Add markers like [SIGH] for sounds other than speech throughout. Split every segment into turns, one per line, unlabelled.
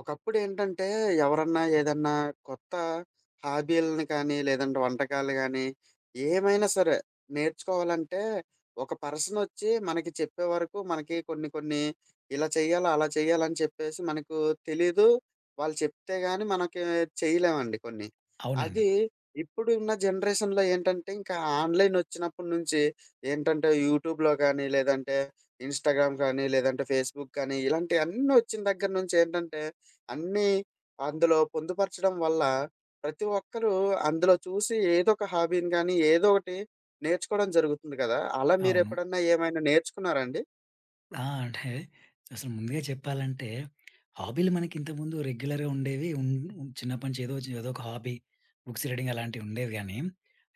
ఒకప్పుడేంటంటే, ఎవరన్నా ఏదన్నా కొత్త హాబీలని కానీ, లేదంటే వంటకాలు గానీ, ఏమైనా సరే నేర్చుకోవాలంటే, ఒక పర్సనొచ్చి మనకి చెప్పే వరకు మనకి కొన్ని కొన్ని ఇలా చెయ్యాలా, అలా చెయ్యాలని చెప్పేసి మనకు తెలీదు. వాళ్ళు చెప్తే గాని మనకి చేయలేమండి కొన్ని.
అవునండి.
అది ఇప్పుడున్న జనరేషన్‌లో ఏంటంటే, ఇంకా ఆన్‌లైనొచ్చినప్పటి నుంచి ఏంటంటే, యూట్యూబ్‌లో కానీ, లేదంటే ఇన్‌స్టాగ్రామ్ కానీ, లేదంటే ఫేస్‌బుక్ కానీ, ఇలాంటియన్నీ వచ్చిన దగ్గర నుంచి ఏంటంటే అన్నీ అందులో పొందుపరచడం వల్ల ప్రతి ఒక్కరు అందులో చూసి ఏదో ఒక హాబీని గాని, ఏదో ఒకటి నేర్చుకోవడం జరుగుతుంది కదా! అలా
అవును.
మీరెప్పుడన్నా ఏమైనా నేర్చుకున్నారా అండి?
అంటే అసలు ముందుగా చెప్పాలంటే హాబీలు మనకి ఇంతకుముందు రెగ్యులర్‌గా ఉండేవి. ఉన్ ఉన్- చిన్నప్పటి నుంచి ఏదో ఏదో ఒక హాబీ బుక్స్ రీడింగ్ అలాంటివి ఉండేవి గానీ,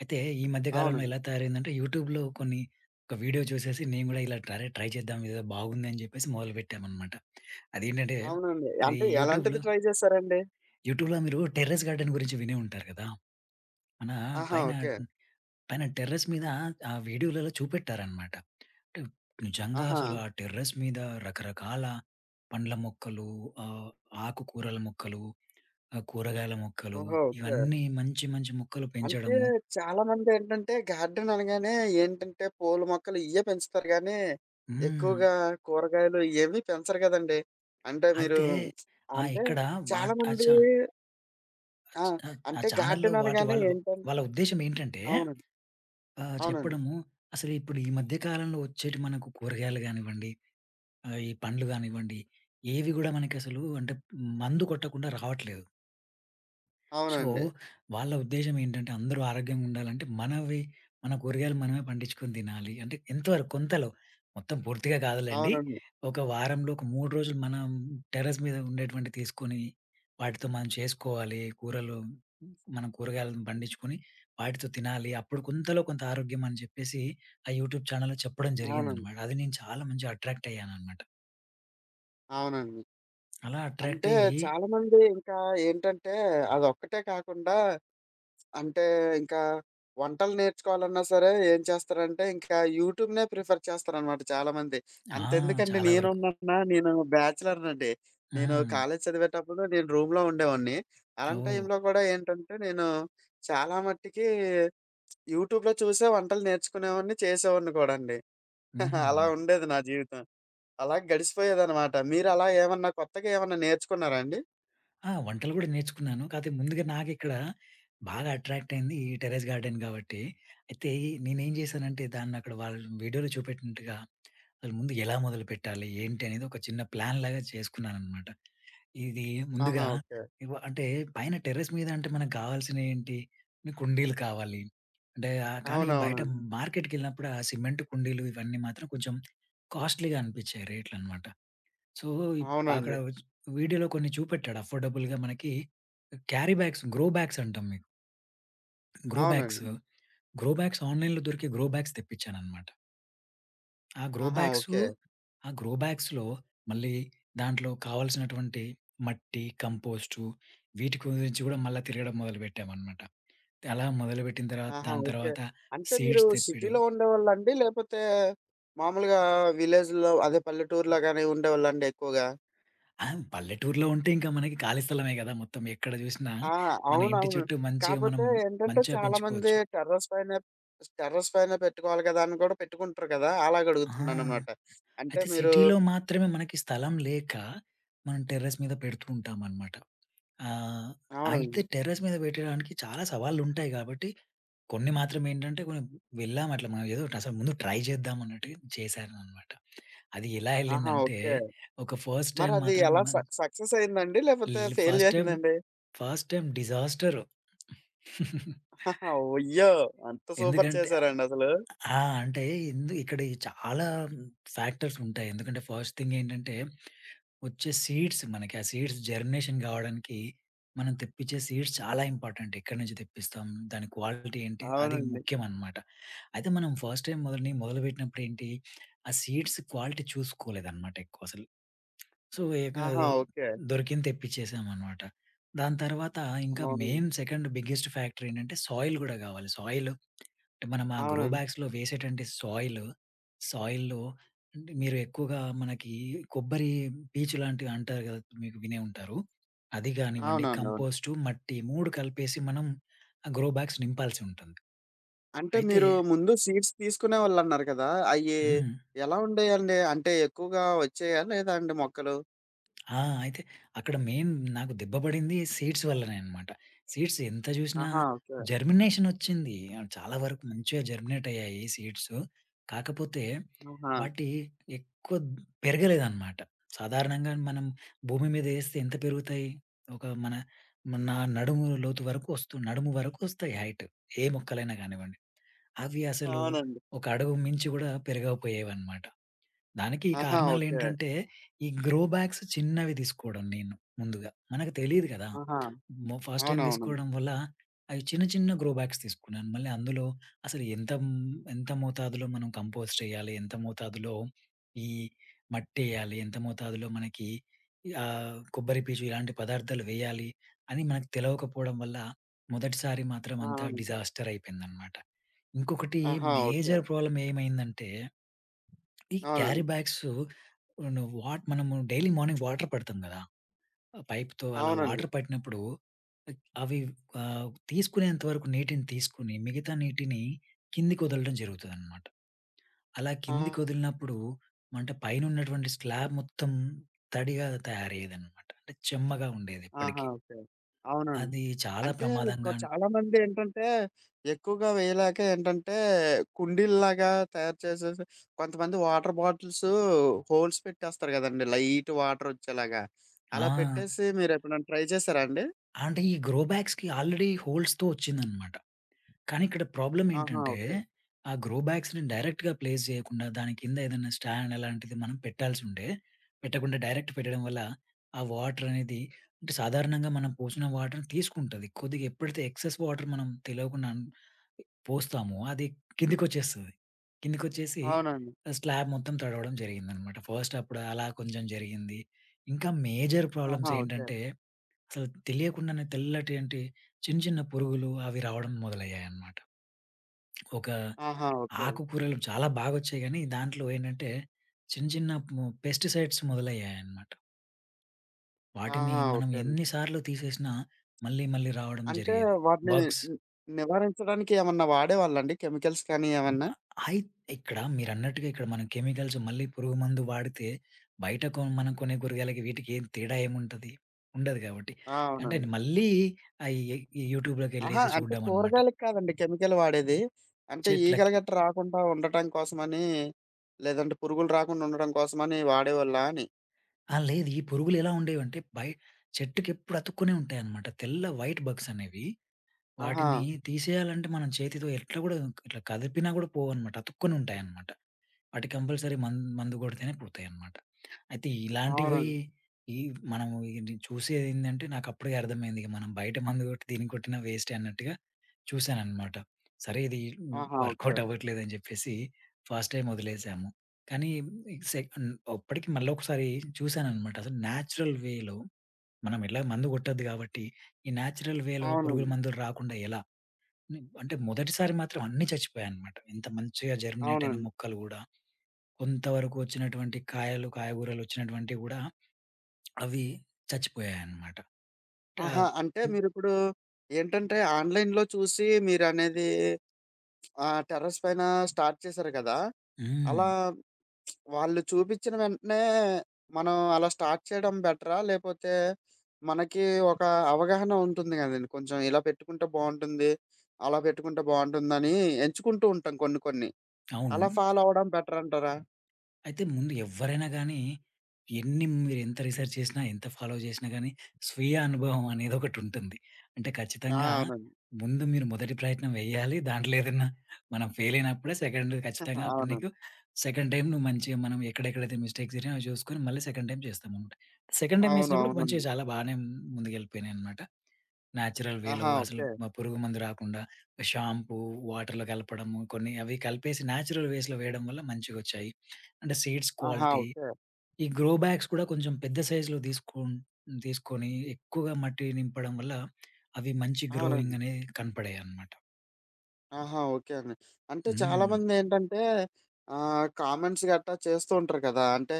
అయితే ఈ మధ్య కాలంలో
అవునండి.
ఎలా తయారైందంటే యూట్యూబ్‌లో కొన్ని ఒక వీడియో చూసేసి నేను గూడా ఇలా ట్రై ట్రై చేద్దాం ఇదేదో బాగుంది అని చెప్పేసి మొదలుపెట్టామనమాట. అదేంటంటే
అవునండి.
ఈ
అంటే
యూట్యూబ్‌లో,
ఎలాంటిది ట్రై చేశారండి?
యూట్యూబ్‌లో మీరు టెర్రస్ గార్డెన్ గురించి వినే ఉంటారు కదా! మన
ఆహా!
పైన
ఓకే.
పైన టెర్రస్ మీద ఆ వీడియోలలో చూపెట్టారనమాట. అంటే నిజంగా
ఆహా!
అసలు ఆ టెర్రస్ మీద రకరకాల పండ్ల మొక్కలు, ఆహ్, ఆకుకూరల మొక్కలు, కూరగాయల మొక్కలు
ఓహో! ఓకే.
ఇవన్నీ మంచి మంచి మొక్కలు
అంటే
పెంచడము.
చాలామందేంటంటే గార్డెన్ అనగానే ఏంటంటే పూల మొక్కలు ఇయ్యే పెంచుతారు గానీ,
హ్మ్.
ఎక్కువగా కూరగాయలు ఇయ్యేవి పెంచరు కదండీ! అంటే మీరు
అయితే
అంటే
ఇక్కడ వాట్ ఆ
చాలామంది
చా
ఆ!
ఆ
అంటే
ఛానెల్‌లో
గార్డెన్
వాటి
అనగానే
వాళ్ళ
ఏంటంటే
వాళ్ళ ఉద్దేశ్యం ఏంటంటే
అవునండి. అవునండి.
చెప్పడము అసలు ఇప్పుడు ఈ మధ్య కాలంలో వచ్చేటి మనకు కూరగాయలు గానివ్వండి, ఈ పండ్లు గానివ్వండి, ఏవి గూడా మనకసలు అంటే మందు కొట్టకుండా రావట్లేదు. సో,
అవునండి.
వాళ్ళ ఉద్దేశ్యం ఏంటంటే అందరూ ఆరోగ్యంగా ఉండాలంటే మన కూరగాయలు మనమే పండించుకొని తినాలి. అంటే ఎంతవరకు కొంతలో మొత్తం పూర్తిగా కాదులెండి.
అవునండి.
ఒక వారంలో ఒక 3 రోజులు మనం టెర్రస్ మీద ఉండేటువంటి తీసుకొని వాటితో మనం చేసుకోవాలి. కూరలు మనం కూరగాయలను పండించుకొని వాటితో తినాలి. అప్పుడు కొంతలో కొంత ఆరోగ్యం అని చెప్పేసి ఆ యూట్యూబ్ ఛానల్‌లో చెప్పడం
అవునండి.
జరిగిందనమాట. అది నేను చాలా మంచిగా అట్రాక్ట్ అయ్యాననమాట.
అవునండి.
అలా అట్రాక్ట్
అంటే
అయ్యి
చాలామంది ఇంకా ఏంటంటే అదొక్కటే కాకుండా అంటే ఇంకా వంటలు నేర్చుకోవాలన్నా సరే ఏం చేస్తారంటే ఇంకా యూట్యూబ్‌నే ప్రిఫర్ చేస్తారనమాట చాలామంది.
ఆ!
అంతెందుకండి
చాలా వరకు.
నేనున్నానా నేను బ్యాచిలర్‌నండి. నేను
హ్మ్.
కాలేజీ చదివేటప్పుడు నేను రూమ్‌లో ఉండేవాడిని. అలాంటి
ఓహ్!
టైంలో కూడా ఏంటంటే నేను చాలా మట్టికి యూట్యూబ్‌లో చూసే వంటలు నేర్చుకునేవాడిని. చేసేవాడిని గూడండి. [LAUGHS] అలా
హ్మ్.
ఉండేది నా జీవితం. అలా గడిసిపోయేదనమాట. మీరలా ఏమన్నా కొత్తగా ఏమన్నా నేర్చుకున్నారా అండి?
వంటలు గూడా నేర్చుకున్నాను. కాతే ముందుగా నాకిక్కడ బాగా అట్రాక్ట్ అయింది ఈ టెర్రస్ గార్డెన్ గాబట్టి. అయితే నేనేం జేశానంటే దాన్నక్కడ వాళ్ళు వీడియోలో చూపెట్టినట్టుగా అసలు ముందు ఎలా మొదలుపెట్టాలి? ఏంటి? అనేది ఒక చిన్న ప్లాన్ లాగా చేసుకున్నాననమాట. ఇది
ఆహా!
ముందుగా
ఓకే.
అంటే పైన టెర్రస్ మీద అంటే మనకు గావాల్సినయేంటి? కుండీలు కావాలి. అంటే కానీ బయట
అవునవునండి.
మార్కెట్‌కెళ్ళినప్పుడు ఆ సిమెంట్ కుండీలు ఇవన్నీ మాత్రం కొంచెం కాస్ట్‌లీగా అనిపిచ్చాయి రేట్లనమాట. సో, ఇప్ అక్కడ
అవునండి.
ఒచ్ వీడియోలో కొన్ని చూపెట్టాడు అఫోర్డబుల్‌గా మనకి క్యారీ బ్యాగ్స్, గ్రో బ్యాగ్స్ అంటాం మేము. గ్రో బ్యాగ్స్,
అవునండి.
గ్రో బ్యాగ్స్ ఆన్‌లైన్‌లో దొరికే గ్రో బ్యాగ్స్ తెప్పించాననమాట. ఆ గ్రో
ఆహా!
Bags,
okay.
ఆ గ్రో బ్యాగ్స్‌లో మళ్ళీ దాంట్లో కావాల్సినటువంటి మట్టి, కంపోస్టు వీటి గురించి గూడా మళ్ళా తిరగడం మొదలుపెట్టామనమాట. అలా మొదలుపెట్టిన తర్వాత
ఆహా!
దాని
ఓకే.
తర్వాత
అంటే మీరు
సీడ్స్ తెప్పియడం.
సిటీలో ఉండేవాళ్ళండి? లేపోతే మామూలుగా విలేజ్‌లో అదే పల్లెటూరులో గాని ఉండేవాళ్ళండి ఎక్కువగా?
ఆ! పల్లెటూరులో ఉంటే ఇంకా మనకి ఖాళీ స్థలమే గదా! మొత్తం ఎక్కడ జూసినా
ఆ!
మన ఇంటి
అవునవును.
చుట్టూ మంచిగా మనం
కాపోతే ఏంటంటే
మంచిగా
చాలామంది
పెంచుకోవచ్చు.
టెర్రస్ పైనే టెర్రస్ పైన పెట్టుకోవాలి కదా! అని కూడా పెట్టుకుంటారు కదా!
ఆ!
అలాగడుగుతున్నాననమాట. అంటే
అయితే
మీరు
సిటీలో మాత్రమే మనకి స్థలం లేక, మనం టెర్రస్ మీద పెడుతూ ఉంటామనమాట. ఆహ్, అయితే
అవునండి.
టెర్రస్ మీద పెట్టడానికి చాలా సవాళ్ళుంటాయి గాబట్టి, కొన్ని మాత్రమేంటంటే కొన్ని వెళ్ళామట్లా మనం ఏదో ఒకటి అసలు ముందు ట్రై చేద్దాం అన్నట్టు చేశాననమాట. అది ఎలా
ఆహా!
ఎళ్ళిందంటే,
ఓకే.
ఒక ఫస్ట్ టైమ్
మరది
మాత్రం
ఎలా
మన్
సక్సెస్ అయిందండి? లేపోతే
ల్
ఫెయిల్
ఫస్ట్ టైమ్,
అయిందండి?
First time disaster. [LAUGHS]
ఆహా! ఒయ్యో! అంత సూపర్
ఎందుకంటే
చేశారండి అసలు.
ఆ! అంటే ఇక్కడ చాలా ఫ్యాక్టర్స్ ఉంటాయి. ఎందుకంటే ఫస్ట్ థింగ్ ఏంటంటే, వచ్చే సీడ్స్ మనకి ఆ సీడ్స్ జర్మినేషన్ కావడానికి మనం తెప్పించే సీడ్స్ చాలా ఇంపార్టెంట్. ఎక్కడి నుంచి తెప్పిస్తాం? దాని క్వాలిటీ ఏంటి? అది
అవునండి.
ముఖ్యం అన్నమాట. అయితే మనం ఫస్ట్ టైమ్ మొదలుపెట్టినప్పుడు ఏంటి? ఆ సీడ్స్ క్వాలిటీ చూసుకోలేదన్నమాట ఎక్కువ అసలు. సో, ఇక
ఆహా! ఓకే.
దొరికింది తెప్పించేసామన్నమాట. దాని తర్వాత ఇంకా
అవునండి.
మెయిన్ సెకండ్ బిగ్గెస్ట్ ఫ్యాక్టర్ ఏంటంటే సాయిల్ కూడా కావాలి. సాయిల్ మనం ఆ గ్రో
అవునండి.
బ్యాగ్స్‌లో వేసేటువంటి సాయిల్, సాయిల్‌లో అంటే మీరు ఎక్కువగా మనకి కొబ్బరి పీచు లాంటివి అంటారు కదా! మీకు వినే ఉంటారు. అది గానివ్వండి,
అవునవునవును.
కంపోస్టు, మట్టి 3 కలిపేసి మనం ఆ గ్రో బ్యాగ్స్ నింపాల్సి ఉంటుంది.
అంటే
అయితే
మీరు ముందు సీడ్స్ తీసుకునేవాళ్ళన్నారు కదా! అయ్యి
హ్మ్.
ఎలా ఉండేయండి? అంటే ఎక్కువగా వచ్చాయా లేదా అండి మొక్కలు?
ఆ! అయితే అక్కడ మెయిన్ నాకు దెబ్బ పడింది సీడ్స్ వల్లనే అన్నమాట. సీడ్స్ ఎంత జూసినా
ఆహా! ఓకే.
జర్మినేషన్ వచ్చింది. చాలా వరకు మంచిగా జర్మినేట్ అయ్యాయి సీడ్స్. కాకపోతే
ఆహా!
వాటి ఎక్కువ పెరగలేదన్నమాట. సాధారణంగా మనం భూమి మీద ఏస్తే ఎంత పెరుగుతాయి? ఒక మన నా నడుము లోతు వరకు నడుము వరకు వస్తాయి హైట్. ఏ మొక్కలైనా గానివ్వండి. అవి అసలు
అవునండి.
ఒక అడుగు మించి గూడా పెరగకపోయేవన్నమాట. దానికి
ఆహా! ఓకే.
కారణాలేంటంటే, ఈ గ్రో బ్యాగ్స్ చిన్నవి తీసుకోవడం నేను ముందుగా. మనకు తెలీదు కదా!
ఆహా!
ఫస్ట్ టైమ్
అవునవునండి.
తీసుకోవడం వల్ల అవి చిన్న చిన్న గ్రో బ్యాగ్స్ తీసుకున్నాను. మళ్ళీ అందులో అసలు ఎంత ఎంత మోతాదులో మనం కంపోస్ట్ ఎయ్యాలి? ఎంత మోతాదులో ఈ మట్టెయ్యాలి? ఎంత మోతాదులో మనకి కొబ్బరి పీచు ఇలాంటి పదార్థాలు వేయాలి? అని మనకు తెలవకపోవడం వల్ల మొదటిసారి మాత్రం అంతా
అవును.
డిజాస్టర్ అయిపోయిందనమాట. ఇంకొకటి
ఆహా! ఓకే.
మేజర్ ప్రాబ్లమ్ ఏమైందంటే, ఈ క్యారీ
అవునండి.
బ్యాగ్స్ ను మనము డైలీ మార్నింగ్ వాటర్ పడతాం గదా! పైప్‌తో అలా
అవునండి.
వాటర్ పట్టినప్పుడు అవి తీసుకునేంత వరకు నీటిని తీసుకొని, మిగతా నీటిని కిందకి వదలడం జరుగుతదనమాట. అలా
ఆ!
కిందకొదిలినప్పుడు అంటే పైనున్నటువంటి స్లాబ్ మొత్తం తడిగా తయారయ్యేదనమాట. అంటే చెమ్మగా ఉండేది
ఆహా!
ఎప్పటికి.
ఓకే. అవునండి.
అది చాలా
అంటే ఇంకా
ప్రమాదంగా అన్-
చాలామంది ఏంటంటే, ఎక్కువగా వేయలేక ఏంటంటే, కుండీల్లాగా తయారు చేసేసి కొంతమంది వాటర్ బాటిల్స్ హోల్స్ పెట్టేస్తారు గదండీ! లైట్ వాటరొచ్చేలాగా.
ఆ!
అలా పెట్టేసి మీరెప్పుడైనా ట్రై చేశారా అండి?
అంటే ఈ గ్రో బ్యాగ్స్‌కి ఆల్రెడీ హోల్స్‌తో వచ్చిందనమాట. కానీ ఇక్కడ ప్రాబ్లమ్
ఆహా!
ఏంటంటే,
ఓకే.
ఆ గ్రో బ్యాగ్స్‌ని డైరెక్ట్‌గా ప్లేస్ చేయకుండా, దాని కింద ఏదైనా స్టాండ్ అలాంటిది మనం పెట్టాల్సుండే, పెట్టకుండా డైరెక్ట్ పెట్టడం వల్ల, ఆ వాటర్ అనేది అంటే సాధారణంగా మనం పోసిన వాటర్ తీసుకుంటది. కొద్దిగా ఎప్పుడైతే ఎక్సెస్ వాటర్ మనం తెలవకుండా పోస్తామో, అది కిందకొచ్చేస్తది. కిందకొచ్చేసి
అవునండి.
స్లాబ్ మొత్తం తడవడం జరిగిందనమాట. ఫస్ట్ అప్పుడు అలా కొంచెం జరిగింది. ఇంకా మేజర్
ఆహా!
Problems
okay.
ఏంటంటే, అసలు తెలియకుండానే తెల్లటి అంటే చిన్న చిన్న పురుగులు అవి రావడం మొదలయ్యాయన్నమాట. ఒక
ఆహా! ఓకే.
ఆకుకూరలు చాలా బాగొచ్చాయి గానీ, దాంట్లో ఏంటంటే చిన్న చిన్న పెస్టిసైడ్స్ మొదలయ్యాయన్నమాట. వాటిని
ఆహా!
మనం
ఓకే అండి.
ఎన్ని సార్లు తీసేసినా మళ్ళీ మళ్ళీ రావడం
అంటే
జరిగేది.
వాటిని
బగ్స్
ని నివారించడానికి ఏమన్నా వాడేవాళ్ళండి కెమికల్స్ కానీ ఏమన్నా?
అ అయి ఇక్కడ మీరన్నట్టుగా ఇక్కడ మనం కెమికల్స్ మళ్ళీ పురుగు మందు వాడితే బయట కొ మనం కొనే కూరగాయలకి వీటికి ఏం తేడా ఏముంటది? ఉండదు కాబట్టి.
ఆ!
అంటే
అవునండి.
మళ్ళీ ఈ ఈ
అహా!
యూట్యూబ్‌లోకెళ్ళేసి
అంటే
చూడడం అన్నమాట
కూరగాయలకి కాదండి కెమికల్ వాడేది. అంటే ఈగలు
చెట్లకి.
గట్ట రాకుండా ఉండటం కోసమని, లేదంటే పురుగులు రాకుండా ఉండడం కోసమని వాడేవాళ్ళా అని?
ఆ! లేదు ఈ పురుగులు ఎలా ఉండేవంటే చెట్టుకి ఎప్పుడు అతుక్కునే ఉంటాయన్నమాట. వైట్ బగ్స్ అనేవి
ఆహా!
వాటిని తీసేయాలంటే మనం చేతితో ఎట్లా గూడా ఇట్లా కదిపినా గూడా పోవన్నమాట. అతుక్కొని ఉంటాయన్నమాట. వాటి కంపల్సరీ మందు కొడితేనే పోతాయన్నమాట. అయితే ఇలాంటివి
అవునండి.
ఈ మనం ఇది చూసేదేందంటే నాకప్పుడే అర్థమైంది. ఇక మనం బయట మందు కొట్టి దీన్ని కొట్టినా వేస్టే అన్నట్టుగా చూశానన్నమాట. సరే ఇది
ఆహా! ఓకే.
వర్కౌట్ అవ్వట్లేదని చెప్పేసి ఫస్ట్ టైమ్ వదిలేసాము. కానీ సె అప్పటికి మళ్ళొకసారి చూశానన్నమాట. అసలు న్యాచురల్ వేలో మనం ఎట్లా మందు కొట్టొద్దు కాబట్టి, ఈ న్యాచురల్ వేలో పురుగుల
అవునండి.
మందులు రాకుండా ఎలా అంటే మొదటిసారి మాత్రం అన్నీ చచ్చిపోయాయన్నమాట. ఇంత మంచిగా జర్మినేట్ అయిన
అవునండి.
మొక్కలు గూడా, కొంతవరకు వచ్చినటువంటి కాయలు, కాయగూరలు వచ్చినటువంటివి గూడా అవి చచ్చిపోయాయన్నమాట. ట
ఆహా! అంటే మీరిప్పుడు ఏంటంటే ఆన్‌లైన్‌లో చూసి మీరనేది టెర్రస్ పైన స్టార్ట్ చేశారు కదా!
హ్మ్.
అలా వాళ్ళు చూపిచ్చిన వెంటనే మనం అలా స్టార్ట్ చేయడం బెటరా? లేపోతే మనకి ఒక అవగాహన ఉంటుంది గదండీ. కొంచెం ఇలా పెట్టుకుంటే బావుంటుంది. అలా పెట్టుకుంటే బావుంటుందని ఎంచుకుంటూ ఉంటాం కొన్ని కొన్ని.
అవును.
అలా ఫాలో అవ్వడం బెటర్ అంటారా?
అయితే ముందు ఎవ్వరైనా గానీ, మీరెంత రిసర్చ్ చేసినా, ఎంత ఫాలో చేసినా గానీ, స్వీయ అనుభవం అనేదొకటుంటుంది. అంటే
ఆ!
ఖచ్చితంగా
అవునండి.
ముందు మీరు మొదటి ప్రయత్నం వేయాలి. దాంట్లో ఏదన్నా మనం ఫెయిల్ అయినప్పుడే సెకండ్ ఖచ్చితంగా
[LAUGHS]
అప్పుడు నీకు
అవునండి.
సెకండ్ టైమ్ నువ్వు మంచిగా మనం ఎక్కడెక్కడైతే మిస్టేక్స్ జరిగినాయో అవి చూసుకొని మళ్ళీ సెకండ్ టైమ్ చేస్తామనమాట. సెకండ్ టైమ్ ఏసినప్పుడు మంచిగా
అవునవునండి.
చాలా బానే ముందుకెళ్ళిపోయినాయనమాట. నేచురల్ వేలో
ఆహా!
అసలు
ఓకే.
పురుగు మందు రాకుండా షాంపూ, వాటర్‌లో కలపడము కొన్ని అవి కలిపేసి నేచురల్ వేస్‌లో వేయడం వల్ల మంచిగొచ్చాయి. అంటే సీడ్స్
ఆహా!
Quality
okay.
ఈ గ్రో బ్యాగ్స్ కూడా కొంచెం పెద్ద సైజ్‌లో తీసుకొని ఎక్కువగా మట్టి నింపడం వల్ల అవి మంచి గ్రోయింగ్
అవునండి.
అనేది కనపడాయన్నమాట.
ఆహా! ఓకే అండి. అంటే
హ్మ్.
చాలామందేంటంటే కామెంట్స్ గట్టా చేస్తూ ఉంటారు కదా! అంటే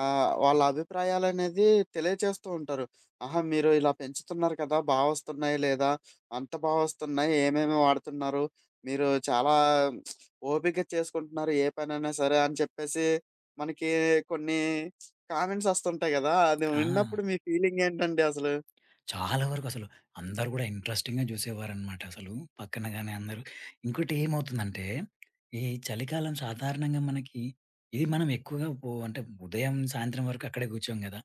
వాళ్ళ అభిప్రాయాలనేది తెలియచేస్తూ ఉంటారు. ఆహా! మీరు ఇలా పెంచుతున్నారు కదా! బా వస్తున్నాయి లేదా? అంత బా వస్తున్నాయి. ఏమేమి వాడుతున్నారు? మీరు చాలా ఓపికగా చేసుకుంటున్నారు. ఏ పనైనా సరే అని చెప్పేసి మనకి కొన్ని కామెంట్స్ వస్తుంటాయి కదా! అది
ఆ!
విన్నప్పుడు మీ ఫీలింగేంటండి అసలు?
చాలా వరకు అసలు అందరూ గూడా ఇంట్రెస్టింగ్‌గా జూసేవారనమాట అసలు. పక్కన గాని అందరూ. ఇంకోటి ఏమవుతుందంటే, ఈ చలికాలం సాధారణంగా మనకి ఇది మనం ఎక్కువగా అంటే ఉదయం, సాయంత్రం వరకు అక్కడే గూర్చోం గదా!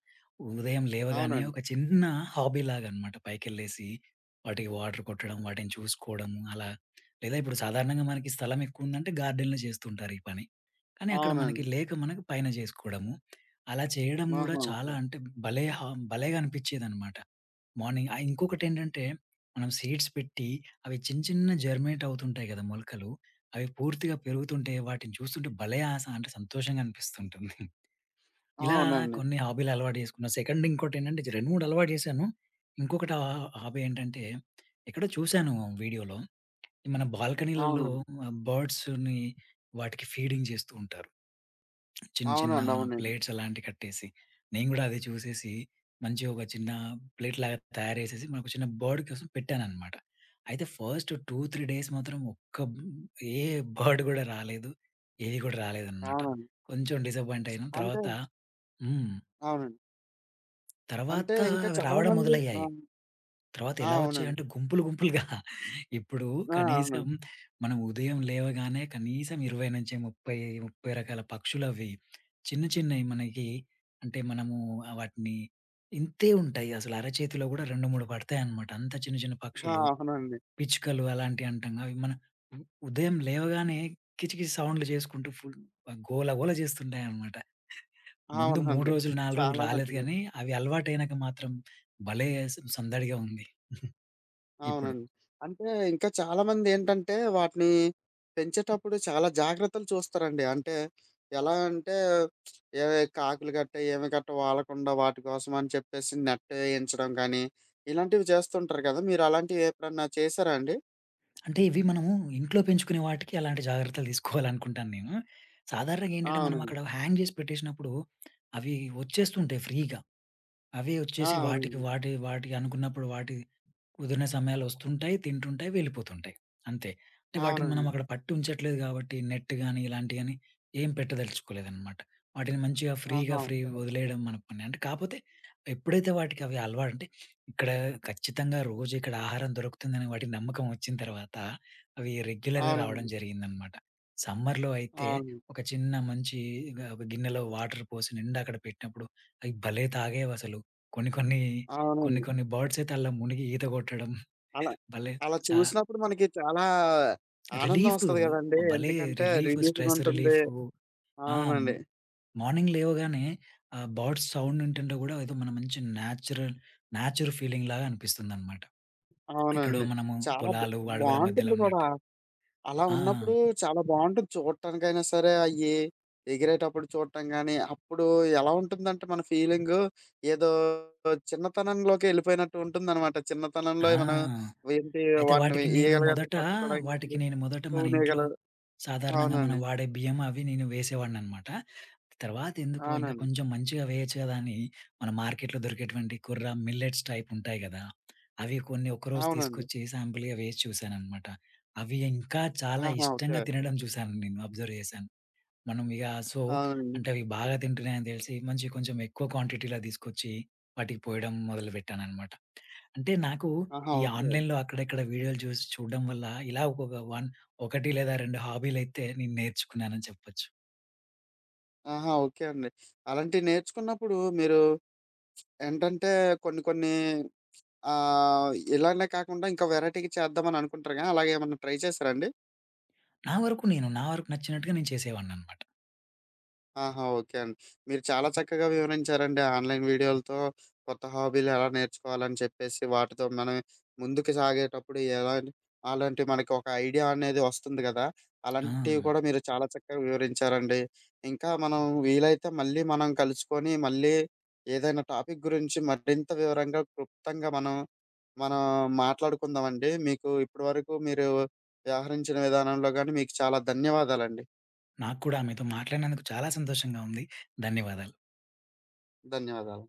ఉదయం లేవగానే
అవునండి.
ఒక చిన్న హాబీ లాగనమాట. పైకెళ్ళేసి వాటికి వాటర్ కొట్టడం, వాటిని చూసుకోవడము అలా. లేదా ఇప్పుడు సాధారణంగా మనకి స్థలం ఎక్కువుందంటే గార్డెన్‌లో జేస్తుంటారు ఈ పని. కానీ అక్కడ మనకి
అవునండి.
లేక మనకు పైన జేసుకోవడము. అలా చేయడం గూడా
ఆహా!
చాలా
ఓకే.
అంటే భలే హా భలేగా అనిపిచ్చేదనమాట. మార్నింగ్ ఇంకొకటేంటంటే మనం సీడ్స్ పెట్టి అవి చిన్న చిన్న జర్మినేట్ అవుతుంటాయి గదా! మొలకలు. అవి పూర్తిగా పెరుగుతుంటే వాటిని చూస్తుంటే భలే ఆస అంటే సంతోషంగా అనిపిస్తుంటుంది. ఇలా
అవునండి.
కొన్ని హాబీలు అలవాటు చేసుకున్నా. సెకండ్ ఇంకోటేంటంటే 2, 3 అలవాటు చేశాను. ఇంకొకటి హాబీ ఏంటంటే ఎక్కడో చూశాను వీడియోలో. మన బాల్కనీలలో
అవునండి.
బర్డ్స్‌ని వాటికి ఫీడింగ్ చేస్తూ ఉంటారు. చిన్న చిన్న
అవునండి. అవునండి.
ప్లేట్స్ అలాంటివి కట్టేసి, నేను గూడా అది చూసేసి మంచిగా ఒక చిన్న ప్లేట్‌లాగా తయారు చేసేసి మనకు చిన్న బర్డ్ కోసం పెట్టాననమాట. అయితే ఫస్ట్ 2, 3 డేస్ మాత్రం ఒక్క ఏ బర్డ్ గూడా రాలేదు. ఏది గూడా రాలేదనమాట.
అవునండి.
కొంచెం డిసప్పాయింట్ అయినాం.
అంటే
తర్వాత హ్మ్.
అవునండి. అంటే
తర్వాత
ఇంకా
అవి రావడం
చాలామంది
మొదలయ్యాయి.
ఆ!
తర్వాత
ఆ!
ఎలా
అవునండి.
వచ్చాయంటే గుంపులు గుంపులుగా ఇప్పుడు
ఆ!
కనీసం
అవునండి.
మనం ఉదయం లేవగానే కనీసం 20-30, 30 రకాల పక్షులవి చిన్న చిన్నయి మనకి అంటే మనము వాటిని ఇంతే ఉంటాయి. అసలు అరచేతిలో గూడా 2, 3 పడతాయన్నమాట. అంత చిన్న చిన్న
ఆ!
పక్షులు,
అవునండి.
పిచ్చుకలు అలాంటివి అంటాం. అవి మన ఉ ఉదయం లేవగానే కిచకిచ సౌండ్‌లు చేసుకుంటూ ఫుల్ గోల గోల చేస్తుంటాయన్నమాట. ముందు 3
అవునండి.
రోజులు, 4 రోజులు
చాలా
రాలేదు
మట్టుకి.
గానీ, అవి అలవాటయినాక మాత్రం భలే సందడిగా ఉంది ఇప్పుడు.
అవునండి. అంటే ఇంకా చాలామందేంటంటే వాటిని పెంచేటప్పుడు చాలా జాగ్రత్తలు చూస్తారండి. అంటే ఎలా అంటే ఏ కాకులు గట్ట, ఏమి గట్ట వాలకుండా వాటి కోసం అని చెప్పేసి నెట్ ఏయించడం గానీ, ఇలాంటివి చేస్తుంటారు కదా! మీరు అలాంటివి ఎప్పుడన్నా చేశారా అండి?
అంటే ఇవి మనము ఇంట్లో పెంచుకునే వాటికి అలాంటి జాగ్రత్తలు తీసుకోవాలనుకుంటాను నేను. సాధారణంగా ఏంటంటే మనం
అవునండి.
అక్కడ హ్యాంగ్ చేసి పెట్టేసినప్పుడు అవి వచ్చేస్తుంటాయి ఫ్రీగా. అవి
ఆ!
వచ్చేసి
అవునండి.
వాటికి అనుకున్నప్పుడు వాటి కుదిరిన సమయాలు వస్తుంటాయి, తింటుంటాయి, వెళ్ళిపోతుంటాయి. అంతే. అంటే వాటిని మనం
అవునండి.
అక్కడ పట్టి ఉంచట్లేదు కాబట్టి నెట్ గాని, ఇలాంటియి గాని ఏం పెట్టదలుచుకోలేదనమాట. వాటిని మంచిగా
ఆహా!
Free
okay.
వదిలేయడం మన పని. అంటే కాపోతే ఎప్పుడైతే వాటికి అవి అలవాటు అంటే ఇక్కడ ఖచ్చితంగా రోజు ఇక్కడ ఆహారం దొరుకుతుందని వాటి నమ్మకం వచ్చిన తర్వాత అవి రెగ్యులర్‌గా రావడం
అవునండి.
జరిగిందనమాట. సమ్మర్‌లో అయితే
అవును.
ఒక చిన్న మంచి గ గిన్నెలో వాటర్ పోసి నిండా అక్కడ పెట్టినప్పుడు అవి భలే తాగేవసలు. కొన్ని కొన్ని, కొన్ని
అవునండి.
కొన్ని బర్డ్స్ అయితే అలా మునిగి ఈత కొట్టడం
అలా
భలే
అలా
చా
చూసినప్పుడు మనకి చాలా ఆనందం
రిలీఫు
వస్తది గదండీ!
భలే
ఎందుకంటే
రిలీఫ్,
రిలీఫ్‌గా
స్ట్రెస్
ఉంటుంది.
రిలీఫు. ఆ!
అవునండి.
మార్నింగ్ లేవగానే ఆ బర్డ్స్ సౌండ్ వింటుంటే కూడా ఏదో మన మంచి నేచురల్, నేచర్ ఫీలింగ్‌లాగా అనిపిస్తుందన్నమాట. ఎక్కడో
అవునండి.
మనము
చాలా
పొలాలు, అడవుల మధ్యలో
బావుంటుంది కూడా.
ఉన్నట్టు.
అలా
ఆ!
ఉన్నప్పుడు చాలా బావుంటుంది చూడటానికైనా సరే అయ్యి. ఎగిరేటప్పుడు చూడటం గానీ, అప్పుడు ఎలా ఉంటుందంటే మన ఫీలింగు ఏదో చిన్నతనంలోకి ఎళ్ళిపోయినట్టు ఉంటుందనమాట. చిన్నతనంలో
ఆ!
మనం ఏంటి
అయితే
వాటిని
వాటికి నేను
ఈగలుగట్ట
మొదట వాటికి
పట్టుకోవడానికి
నేను మొదట మన ఇంట్లో
తూనీగలు
సాధారణంగా మనం
అవునండి.
వాడే బియ్యం అవి నేను వేసేవాడిననమాట. తర్వాత ఎందుకో ఇంకా
అవునండి.
కొంచెం మంచిగా వేయొచ్చు కదా అని మన మార్కెట్‌లో దొరికేటువంటి కుర్ర మిల్లెట్స్ టైప్ ఉంటాయి గదా! అవి కొన్ని ఒకరోజు
అవునండి.
తీసుకొచ్చి శాంపుల్‌గా వేసి చూశాననమాట. అవి ఇంకా చాలా
ఆహా! ఓకే.
ఇష్టంగా తినడం చూశాను నేను. అబ్జర్వ్ చేశాను. మనం ఇగ సో,
అవునండి.
అంటే అవి బాగా తింటున్నాయని తెలిసి మంచి కొంచెం ఎక్కువ క్వాంటిటీలో తీసుకొచ్చి వాటికి పోయడం మొదలుపెట్టాననమాట. అంటే నాకు
ఆహా!
ఈ
ఓకే.
ఆన్‌లైన్‌లో అక్కడిక్కడ వీడియోలు చూసి చూడడం వల్ల ఇలా ఒకొక వన్ ఒకటి లేదా 2 హాబీలైతే నేను నేర్చుకున్నానని చెప్పొచ్చు.
ఆహా! ఓకే అండి. అలాంటివి నేర్చుకున్నప్పుడు మీరు ఏంటంటే కొన్ని కొన్ని ఇలానే కాకుండా ఇంకా వేరైటీ‌గా చేద్దామని అనుకుంటారు కదా! అలాగేమన్నా ట్రై చేసారా అండి?
నా వరకు నచ్చినట్టుగా నేను చేసేవాడిననమాట.
ఆహా! ఓకే అండి. మీరు చాలా చక్కగా వివరించారండి. ఆన్‌లైన్ వీడియోలతో కొత్త హాబీలు ఎలా నేర్చుకోవాలని చెప్పేసి, వాటితో మనం ముందుకు సాగేటప్పుడు ఎలా అలాంటి మనకి ఒక ఐడియా అనేది వస్తుంది గదా!
ఆ!
అలాంటివి కూడా మీరు చాలా చక్కగా వివరించారండి. ఇంకా మనం వీలైతే మళ్ళీ మనం కలుసుకొని, మళ్ళీ ఏదైనా టాపిక్ గురించి మరింత వివరంగా, క్లుప్తంగా మనం మాట్లాడుకుందామండి. మీకు ఇప్పటి వరకు మీరు వ్యవహరించిన విధానంలో గాని మీకు చాలా ధన్యవాదాలండి.
నాకు కూడా మీతో మాట్లాడినందుకు చాలా సంతోషంగా ఉంది. ధన్యవాదాలు.
ధన్యవాదాలు.